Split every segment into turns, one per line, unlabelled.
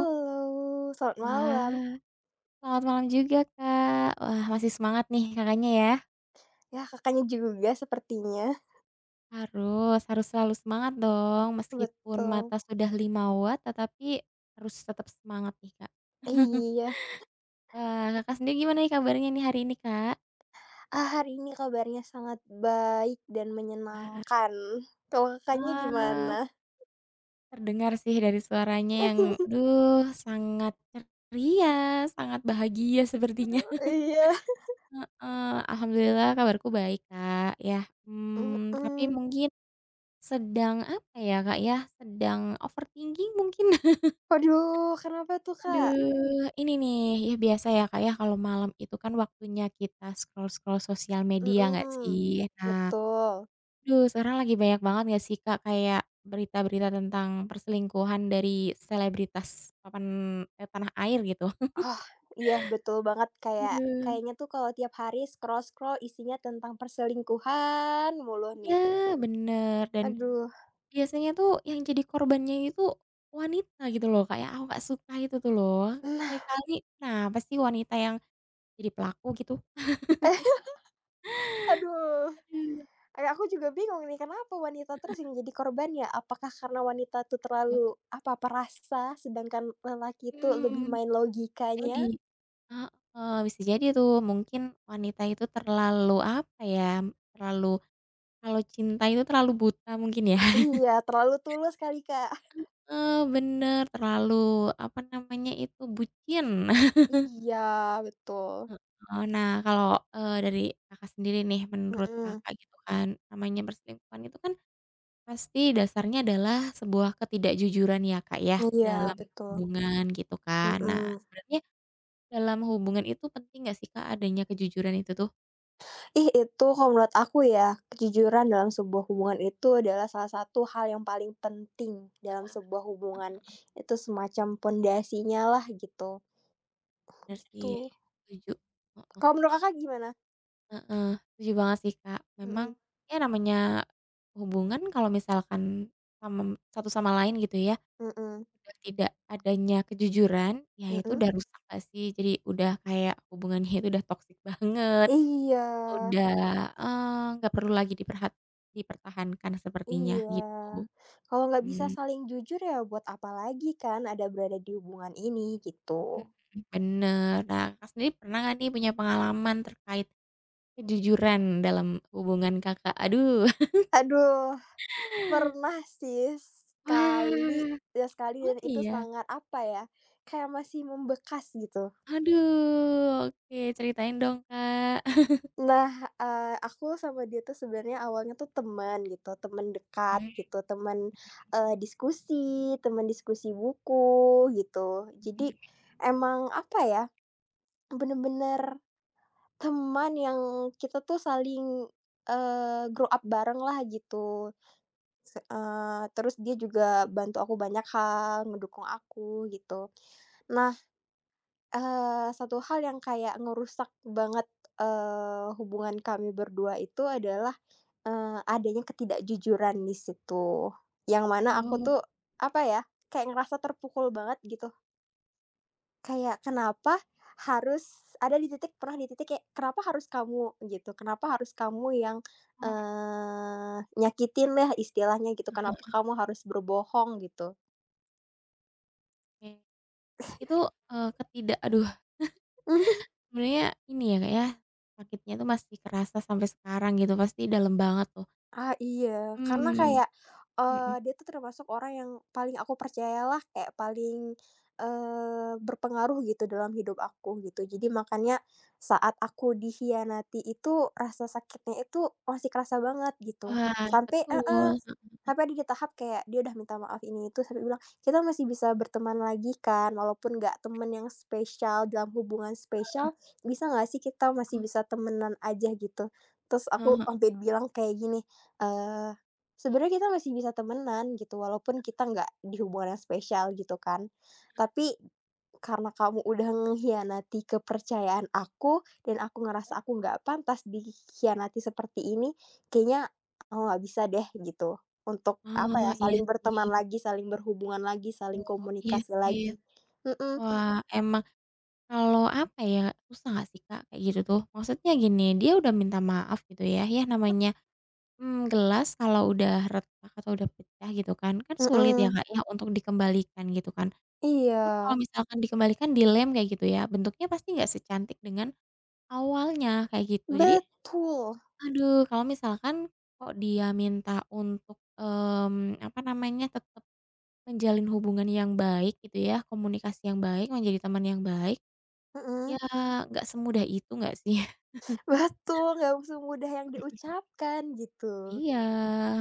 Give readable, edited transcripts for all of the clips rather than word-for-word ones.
Halo, selamat malam.
Wah, selamat malam juga, Kak. Wah, masih semangat nih Kakaknya ya?
Ya, Kakaknya juga sepertinya.
Harus harus selalu semangat dong, meskipun
Betul.
mata sudah 5 watt, tetapi harus tetap semangat nih, Kak.
Iya.
Wah, Kakak sendiri gimana nih kabarnya nih hari ini, Kak?
Ah, hari ini kabarnya sangat baik dan
Wah,
menyenangkan. Kalau Kakaknya
eee,
gimana?
terdengar sih dari suaranya yang sangat ceria, sangat bahagia sepertinya.
Iya.
Eee, Alhamdulillah kabarku baik, Kak, ya. Tapi
Mhm.
mungkin sedang apa ya, Kak, ya, sedang overthinking mungkin.
Waduh, kenapa tuh, Kak?
Aduh, ini nih, ya biasa ya, Kak, ya, kalau malam itu kan waktunya kita scroll-scroll sosial media nggak
Mhm,
sih? Nah,
betul.
aduh sekarang lagi banyak banget nggak sih, Kak, kayak berita-berita tentang perselingkuhan dari selebritas papan tanah air gitu.
Ah, iya betul banget kayak
Aduh,
kayaknya tuh kalau tiap hari scroll-scroll isinya tentang perselingkuhan mulu
iya
nih.
bener, dan
Aduh.
biasanya tuh yang jadi korbannya itu wanita gitu loh, Kak, ya, aku nggak suka itu tuh loh.
Nah,
Kali-kali nah pasti wanita yang jadi pelaku gitu?
aduh.
Aduh,
Aku juga bingung nih, kenapa wanita terus yang jadi korbannya? Apakah karena wanita itu
betul,
terlalu apa, perasa, sedangkan lelaki itu lebih
mhm.
main
Jadi
logikanya?
heeh, bisa jadi tuh mungkin wanita itu terlalu apa ya, terlalu kalau cinta itu terlalu buta mungkin ya.
Iya, terlalu tulus kali, Kak.
Heeh, bener, terlalu apa namanya itu, bucin.
Iya, betul.
Heeh, nah kalau, dari Kakak sendiri nih, menurut
Mhm.
Kakak gitu kan, namanya perselingkuhan itu kan pasti dasarnya adalah sebuah ketidakjujuran ya, Kak, ya,
Iya,
dalam
betul.
hubungan gitu kan. Nah
Mhm.
sebenarnya dalam hubungan itu penting nggak sih, Kak, adanya kejujuran itu tuh?
Ih, itu kalau menurut aku ya, kejujuran dalam sebuah hubungan itu adalah salah satu hal yang paling penting dalam sebuah hubungan. Itu semacam pondasinya lah gitu,
Bener sih,
gitu.
setuju. Heeh
Kalau menurut Kakak gimana?
heeh, setuju banget sih, Kak. Memang
Mhm,
ya namanya hubungan kalau misalkan sama satu sama lain gitu ya,
mhm.
udah tidak adanya kejujuran, ya itu
Mhm.
udah rusak nggak sih? Jadi udah kayak hubungannya itu udah toksik banget,
Iya
udah, nggak perlu lagi dipertahankan sepertinya
iya.
gitu.
Kalau nggak bisa
Mmm,
saling jujur ya buat apa lagi kan ada berada di hubungan ini gitu.
mhm mhm, bener. Nah, kak sendiri pernah nggak nih punya pengalaman terkait kejujuran dalam hubungan Kakak, aduh.
Aduh, pernah sih sekali
Wah,
ya sekali
oh
dan itu
iya?
sangat apa ya, kayak masih membekas gitu.
Aduh, oke ceritain dong, Kak.
Nah, aku sama dia tuh sebenarnya awalnya tuh teman gitu, teman dekat
Mhm
gitu, teman, diskusi, teman diskusi buku gitu. Jadi
mhm.
emang apa ya, bener-bener teman yang kita tuh saling, grow up bareng lah gitu, terus dia juga bantu aku banyak hal, ngedukung aku gitu. Nah, satu hal yang kayak ngerusak banget, hubungan kami berdua itu adalah, adanya ketidakjujuran di situ, yang mana aku
Oh,
tuh, apa ya, kayak ngerasa terpukul banget gitu. Kayak kenapa harus ada di titik pernah di titik kayak, "Kenapa harus kamu?" Gitu, "Kenapa harus kamu yang, nyakitin lah," istilahnya gitu, "Kenapa kamu harus berbohong?" Gitu.
oke. Itu, aduh sebenarnya ini ya, Kak, ya, sakitnya itu masih kerasa sampai sekarang gitu, pasti dalam banget tuh.
Ah, iya, karena
Mmm,
kayak,
mhm.
dia tuh termasuk orang yang paling aku percayalah, kayak paling, berpengaruh gitu dalam hidup aku, gitu. Jadi makanya saat aku dikhianati itu, rasa sakitnya itu masih kerasa banget, gitu.
Wah,
Sampai
betul,
heeh, sampai ada di tahap kayak dia udah minta maaf ini itu, sampai bilang, "Kita masih bisa berteman lagi kan? Walaupun nggak temen yang spesial, dalam hubungan
heeh.
spesial, bisa nggak sih kita masih bisa temenan aja?" Gitu. Terus
Oh, heeh
aku
heeh.
sampai bilang kayak gini, Eee, sebenarnya kita masih bisa temenan gitu, walaupun kita nggak di hubungan yang spesial gitu kan. Tapi karena kamu udah mengkhianati kepercayaan aku dan aku ngerasa aku nggak pantas dikhianati seperti ini, kayaknya aku nggak bisa deh gitu untuk apa ya,
Oh, iya
saling berteman
sih.
lagi, saling berhubungan lagi, saling
Oh, iya
komunikasi
sih.
lagi. Mhm
Wah, emang kalau apa ya, susah nggak sih, Kak, kayak gitu tuh? Maksudnya gini, dia udah minta maaf gitu ya, ya namanya, gelas kalau udah retak atau udah pecah gitu kan, kan sulit ya,
mhm,
Kak, ya untuk dikembalikan gitu kan. Pun
iya,
kalau misalkan dikembalikan dilem kayak gitu ya, bentuknya pasti nggak secantik dengan awalnya, kayak gitu. Jadi,
betul,
aduh kalau misalkan kok dia minta untuk, apa namanya, tetap menjalin hubungan yang baik gitu ya, komunikasi yang baik, menjadi teman yang baik,
mhm,
ya nggak semudah itu nggak sih?
betul, nggak semudah yang diucapkan gitu.
Iya,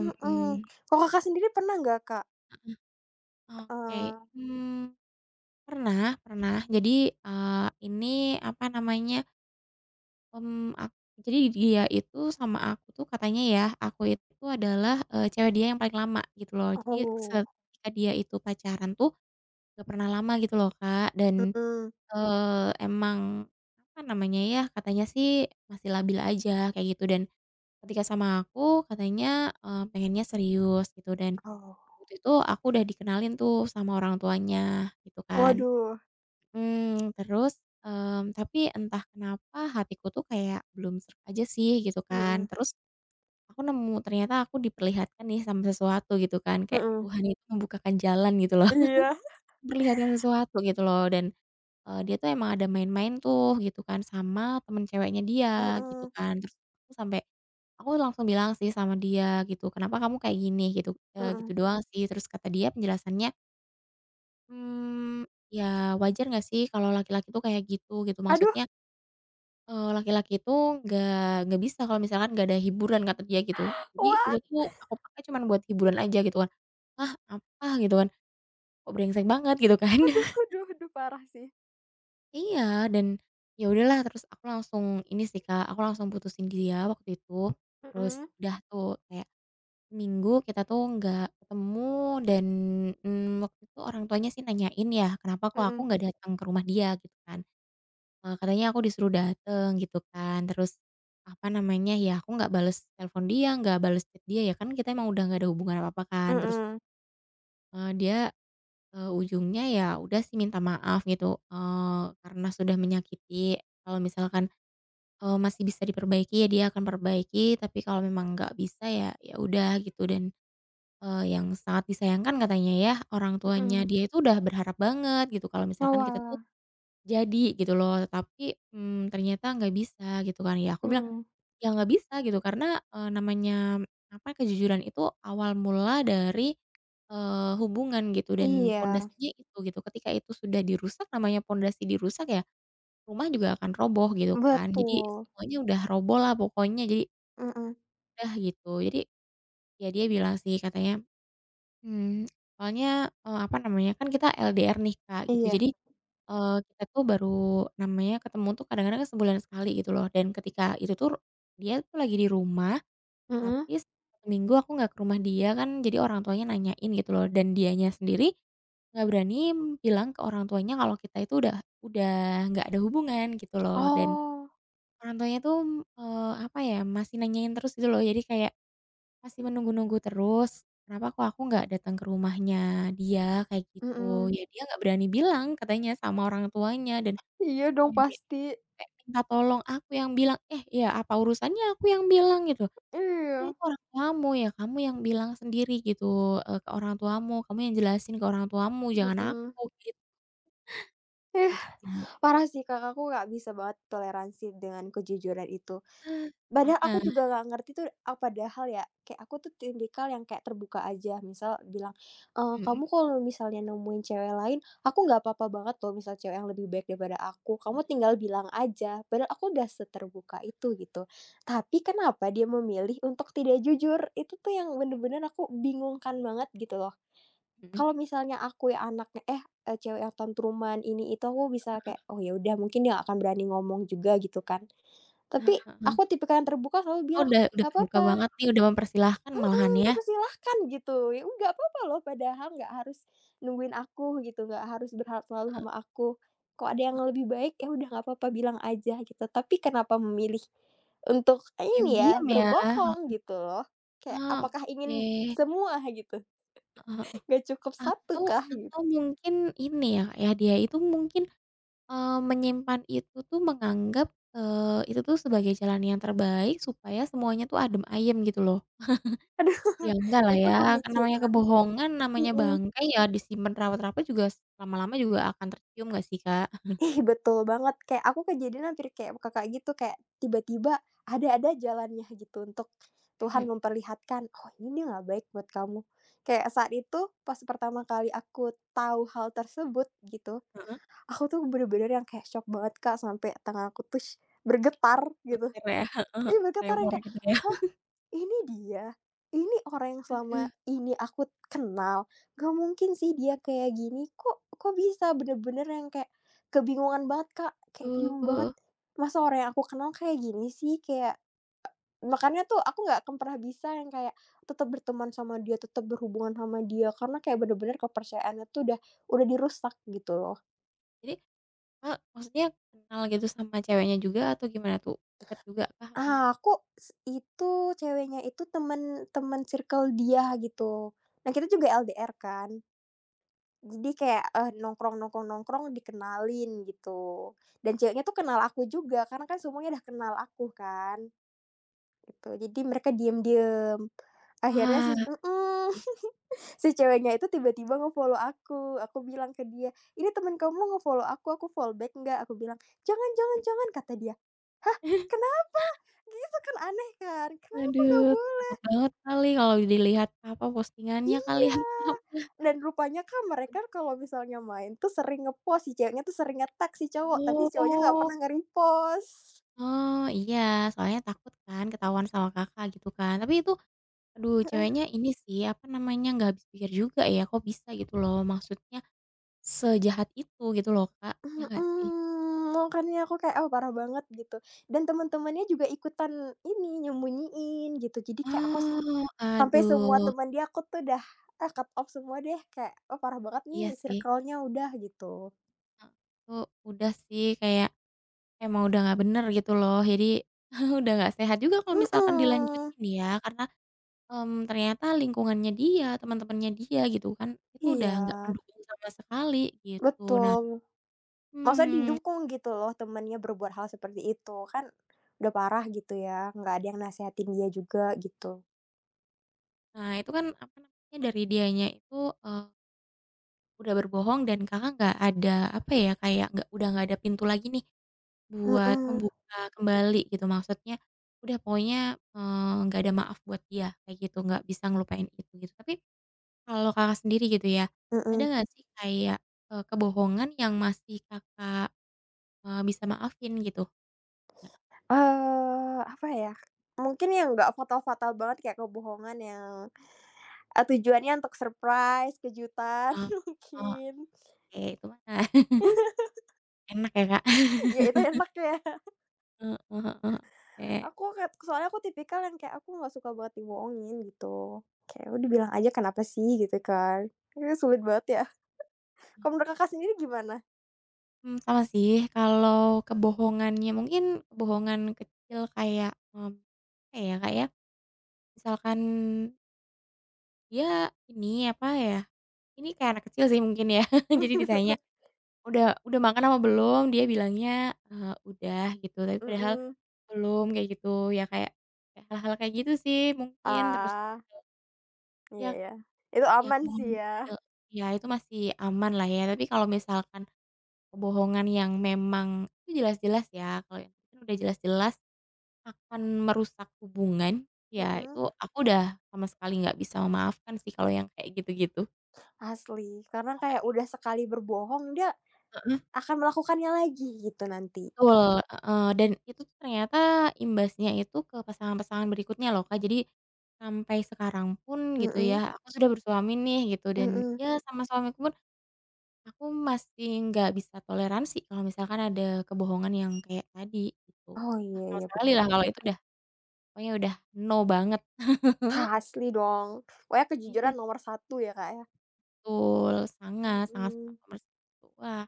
Mhm.
mhm.
Kalau Kakak sendiri pernah nggak, Kak,
Heeh, oke,
eee
mmm, pernah pernah. Jadi, ini apa namanya, mmm, ak jadi dia itu sama aku tuh katanya ya, aku itu adalah, cewek dia yang paling lama gitu loh. Jadi
oh,
ketika dia itu pacaran tuh nggak pernah lama gitu loh, Kak, dan,
mhm,
emang apa namanya ya, katanya sih masih labil aja kayak gitu dan ketika sama aku katanya, pengennya serius gitu dan
oh,
waktu itu aku udah dikenalin tuh sama orang tuanya gitu kan,
waduh,
mhm, terus, tapi entah kenapa hatiku tuh kayak belum sreg aja sih gitu kan,
mhm
terus aku nemu ternyata aku diperlihatkan nih sama sesuatu gitu kan, kayak
mhm,
Tuhan itu membukakan jalan gitu loh,
iya,
memperlihatkan sesuatu gitu loh dan, dia tuh emang ada main-main tuh gitu kan sama temen ceweknya dia gitu
mhm
kan, terus aku sampai aku langsung bilang sih sama dia gitu, "Kenapa kamu kayak gini?" gitu,
mhm,
gitu doang sih, terus kata dia penjelasannya, ya wajar nggak sih kalau laki-laki tuh kayak gitu, gitu?
aduh,
Maksudnya, laki-laki itu nggak nggak bisa kalau misalkan nggak ada hiburan kata dia gitu. Jadi itu
waduh,
tuh aku pakai cuman buat hiburan aja gitu kan. "Hah, apa?" gitu kan, "Kok brengsek banget?" gitu kan.
aduh parah sih,
Iya, dan ya udahlah terus aku langsung ini sih, Kak, aku langsung putusin dia waktu itu.
mhm
Terus udah tuh kayak seminggu kita tuh nggak ketemu dan, waktu itu orang tuanya sih nanyain ya, kenapa kok aku
mhm
nggak datang ke rumah dia gitu kan. Katanya aku disuruh dateng gitu kan, terus apa namanya, ya aku nggak bales telepon dia, nggak bales chat dia, ya kan kita emang udah nggak ada hubungan apa-apa kan. Terus,
mhm
dia, ujungnya ya udah sih minta maaf gitu, karena sudah menyakiti. Kalau misalkan, masih bisa diperbaiki, ya dia akan perbaiki, tapi kalau memang nggak bisa ya, ya udah gitu. Dan, yang sangat disayangkan katanya ya, orang tuanya
mhm,
dia itu udah berharap banget gitu kalau misalkan kita tuh
oalah,
jadi gitu loh, tapi, ternyata nggak bisa gitu kan ya, aku bilang,
mhm,
"Ya nggak bisa," gitu, karena, namanya apa, ya, kejujuran itu awal mula dari, hubungan gitu dan
iya,
pondasinya itu gitu. Ketika itu sudah dirusak, namanya pondasi dirusak ya rumah juga akan roboh gitu kan. Jadi
betul,
semuanya udah roboh lah pokoknya, jadi
mhm,
udah gitu. Jadi ya dia bilang sih katanya, "Mmm, soalnya," apa namanya, kan kita LDR nih Kak gitu,
iya,
jadi kita tuh baru namanya ketemu tuh kadang-kadang sebulan sekali gitu loh dan ketika itu tuh dia tuh lagi di rumah,
mhm,
tapi Sabtu Minggu aku nggak ke rumah dia kan jadi orang tuanya nanyain gitu loh dan dianya sendiri nggak berani bilang ke orang tuanya kalau kita itu udah nggak ada hubungan gitu loh dan
oh,
orang tuanya tuh, apa ya, masih nanyain terus gitu loh jadi kayak masih menunggu-nunggu terus, kenapa kok aku nggak datang ke rumahnya dia kayak gitu,
mhm,
ya dia nggak berani bilang katanya sama orang tuanya dan
iya dong
Kayak mi
pasti,
kayak minta tolong, aku yang bilang, "Eh, ya apa urusannya aku yang bilang," gitu. "Kan
iya,
itu orang tuamu, ya kamu yang bilang sendiri gitu, ke orang tuamu, kamu yang jelasin ke orang tuamu, jangan
mhm,
aku," gitu
ih
gitu sih.
parah sih, Kak. Aku nggak bisa banget toleransi dengan kejujuran itu. Padahal aku
Sangat,
juga nggak ngerti tuh, padahal ya, kayak aku tuh tipikal yang kayak terbuka aja, misal bilang, "Kamu
mhm
kalau misalnya nemuin cewek lain, aku nggak apa-apa banget loh misal cewek yang lebih baik daripada aku, kamu
mhm
tinggal bilang aja." Padahal aku udah seterbuka itu, gitu. Tapi kenapa dia memilih untuk tidak jujur? Itu tuh yang bener-bener aku bingungkan banget gitu loh.
mhm.
Kalau misalnya aku ya anaknya eh, cewek yang tantruman ini itu, aku bisa kayak, "Oh ya udah mungkin dia nggak akan berani ngomong juga," gitu kan.
Heeh
Tapi
heeh.
aku tipikal yang terbuka selalu
Kakak
bilang,
udah
"Nggak
terbuka
apa-apa,
banget nih, udah mempersilahkan malahan ya.
mempersilahkan," gitu, ya, "Nggak apa-apa loh padahal nggak harus nungguin aku," gitu, "nggak harus berharap selalu
Heeh
sama aku. Kalau ada yang
heeh.
lebih baik, ya udah nggak apa-apa bilang aja," gitu. Tapi kenapa memilih untuk ini ya,
Diam-diam ya,
berbohong gitu loh. Kayak
heeh,
apakah
oke.
ingin semua gitu?
Heeh heeh.
Nggak cukup satu
Atau
kah gitu?
atau mungkin ini ya, Kak, ya, dia itu mungkin menyimpan itu tuh menganggap, itu tuh sebagai jalan yang terbaik supaya semuanya tuh adem ayem gitu loh.
Aduh,
Ya enggak lah
itu
ya, kan namanya
pemikiran.
kebohongan, namanya
Mhm.
bangkai ya disimpan rapat-rapat juga lama-lama juga akan tercium nggak sih, Kak?
Ih, betul banget, kayak aku kejadian hampir kayak Kakak gitu, kayak tiba-tiba ada-ada jalannya gitu untuk Tuhan
Mhm.
memperlihatkan, "Oh, ini nggak baik buat kamu." Kayak saat itu pas pertama kali aku tahu hal tersebut gitu,
Heeh,
aku tuh bener-bener yang kayak syok banget, Kak, sampai tangan aku tuh bergetar gitu.
gemeter ya, heeh heeh,
Ih, bergetar yang
tremor gitu ya.
ini dia, ini orang yang selama
Aduh,
ini aku kenal, gak mungkin sih dia kayak gini, kok kok bisa bener-bener yang kayak kebingungan banget, Kak, kayak bingung banget,
betul.
masa orang yang aku kenal kayak gini sih, kayak makanya tuh aku nggak akan pernah bisa yang kayak tetap berteman sama dia, tetap berhubungan sama dia, karena kayak bener-bener kepercayaannya tuh udah dirusak gitu loh.
Jadi, Kak, maksudnya kenal gitu sama ceweknya juga atau gimana tuh? Deket juga kah atau gimana?
Ah, aku itu ceweknya itu temen temen circle dia gitu. Nah, kita juga LDR kan. Jadi kayak, nongkrong nongkrong nongkrong dikenalin gitu, dan ceweknya tuh kenal aku juga karena kan semuanya udah kenal aku kan, gitu. Jadi mereka diem-diem, akhirnya
Wah. Oke,
si ceweknya itu tiba-tiba ngefollow aku bilang ke dia, "Ini teman kamu ngefollow aku follow back nggak?" Aku bilang, "Jangan jangan jangan," kata dia. "Hah,
mhm.
kenapa?" Gitu kan aneh kan, "Kenapa nggak
Aduh,
boleh?"
takut banget kali kalau dilihat, apa, postingannya kali
Iya, dan rupanya kan mereka kalau misalnya main tuh sering nge-post, si ceweknya tuh sering nge-tag si
apa
cowok, tapi si cowoknya nggak
oh,
pernah nge-repost.
oh, iya, soalnya takut kan ketahuan sama Kakak gitu kan. Tapi itu, aduh,
Heeh,
ceweknya ini sih, apa namanya, nggak habis pikir juga ya, kok bisa gitu loh, maksudnya sejahat itu gitu loh, Kak, ya nggak sih?
mhm, makanya aku kayak, "Oh, parah banget," gitu. Dan teman-temannya juga ikutan ini, nyembunyiin gitu. Jadi kayak aku
Oh,
sampai semua
aduh,
teman dia aku tuh udah, ah, cut off semua deh, kayak, "Oh, parah banget nih
iya sih,
circle-nya udah," gitu.
heeh, udah sih kayak emang udah nggak bener gitu loh, jadi udah nggak sehat juga kalau misalkan
Mhm,
dilanjutin ya, karena ternyata lingkungannya dia, teman-temannya dia gitu kan, itu udah
iya,
nggak mendukung sama sekali gitu. Nah
betul. Maksudnya
mhm,
didukung gitu loh temennya berbuat hal seperti itu, kan udah parah gitu ya, nggak ada yang nasehatin dia juga gitu.
nah itu kan apa namanya, dari dianya itu, eee, udah berbohong dan Kakak nggak ada apa ya, kayak nggak ada pintu lagi nih buat
Mhm
membuka kembali gitu. Maksudnya udah pokoknya, nggak ada maaf buat dia kayak gitu, nggak bisa ngelupain itu gitu. Tapi kalau Kakak sendiri gitu ya, ada
mhm.
nggak sih kayak, kebohongan yang masih Kakak, bisa maafin gitu?
Apa ya, mungkin yang nggak fatal-fatal banget kayak kebohongan yang, tujuannya untuk surprise, kejutan
Eee, oke
mungkin,
itu mah enak ya Kak.
ya itu enak ya.
Heeh heeh, oke.
Aku soalnya aku tipikal yang kayak aku nggak suka banget dibohongin gitu, kayak udah bilang aja kenapa sih gitu kan, itu sulit banget ya.
Mmm.
Kalau menurut Kakak sendiri gimana?
Sama sih kalau kebohongannya mungkin kebohongan kecil kayak, apa ya Kak ya, misalkan dia ini apa ya, ini kayak anak kecil sih mungkin ya jadi ditanya, "Udah makan apa belum?" Dia bilangnya, "Udah," gitu tapi padahal
Mhm.
belum kayak gitu ya kayak kayak hal-hal kayak gitu sih mungkin terus
Ah, iya
ya
ya. Itu
ya
aman sih
kebohongan
ya.
kecil, ya itu masih aman lah ya, tapi kalau misalkan kebohongan yang memang itu jelas-jelas ya, kalau yang itu udah jelas-jelas akan merusak hubungan, ya
Mhm,
itu aku udah sama sekali nggak bisa memaafkan sih kalau yang kayak gitu-gitu.
asli. Karena kayak
Kayak
udah sekali berbohong, dia
Heeh.
akan melakukannya lagi gitu nanti.
Betul, heeh, dan itu tuh ternyata imbasnya itu ke pasangan-pasangan berikutnya loh Kak, jadi sampai sekarang pun gitu ya,
Mhm,
aku sudah bersuami nih gitu dan
mhm.
ya sama suamiku pun aku masih nggak bisa toleransi kalau misalkan ada kebohongan yang kayak tadi gitu.
Oh, iya
Wah, sama
iya
sekali
betul.
lah kalau itu udah pokoknya udah no banget.
Asli dong. Pokoknya kejujuran
Iya.
nomor satu ya, Kak, ya.
Betul, sangat sangat sangat
Mhm.
membantu. Wah,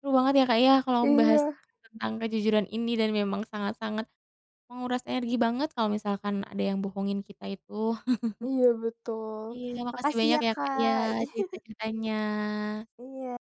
seru banget ya, Kak, ya, kalau membahas
Iya,
tentang kejujuran ini dan memang sangat-sangat menguras energi banget kalau misalkan ada yang bohongin kita itu.
iya betul.
Iya. Ya, makasih
Makasih
banyak
ya,
ya, Kak, ya,
Kak.
cerita-ceritanya.
Iya.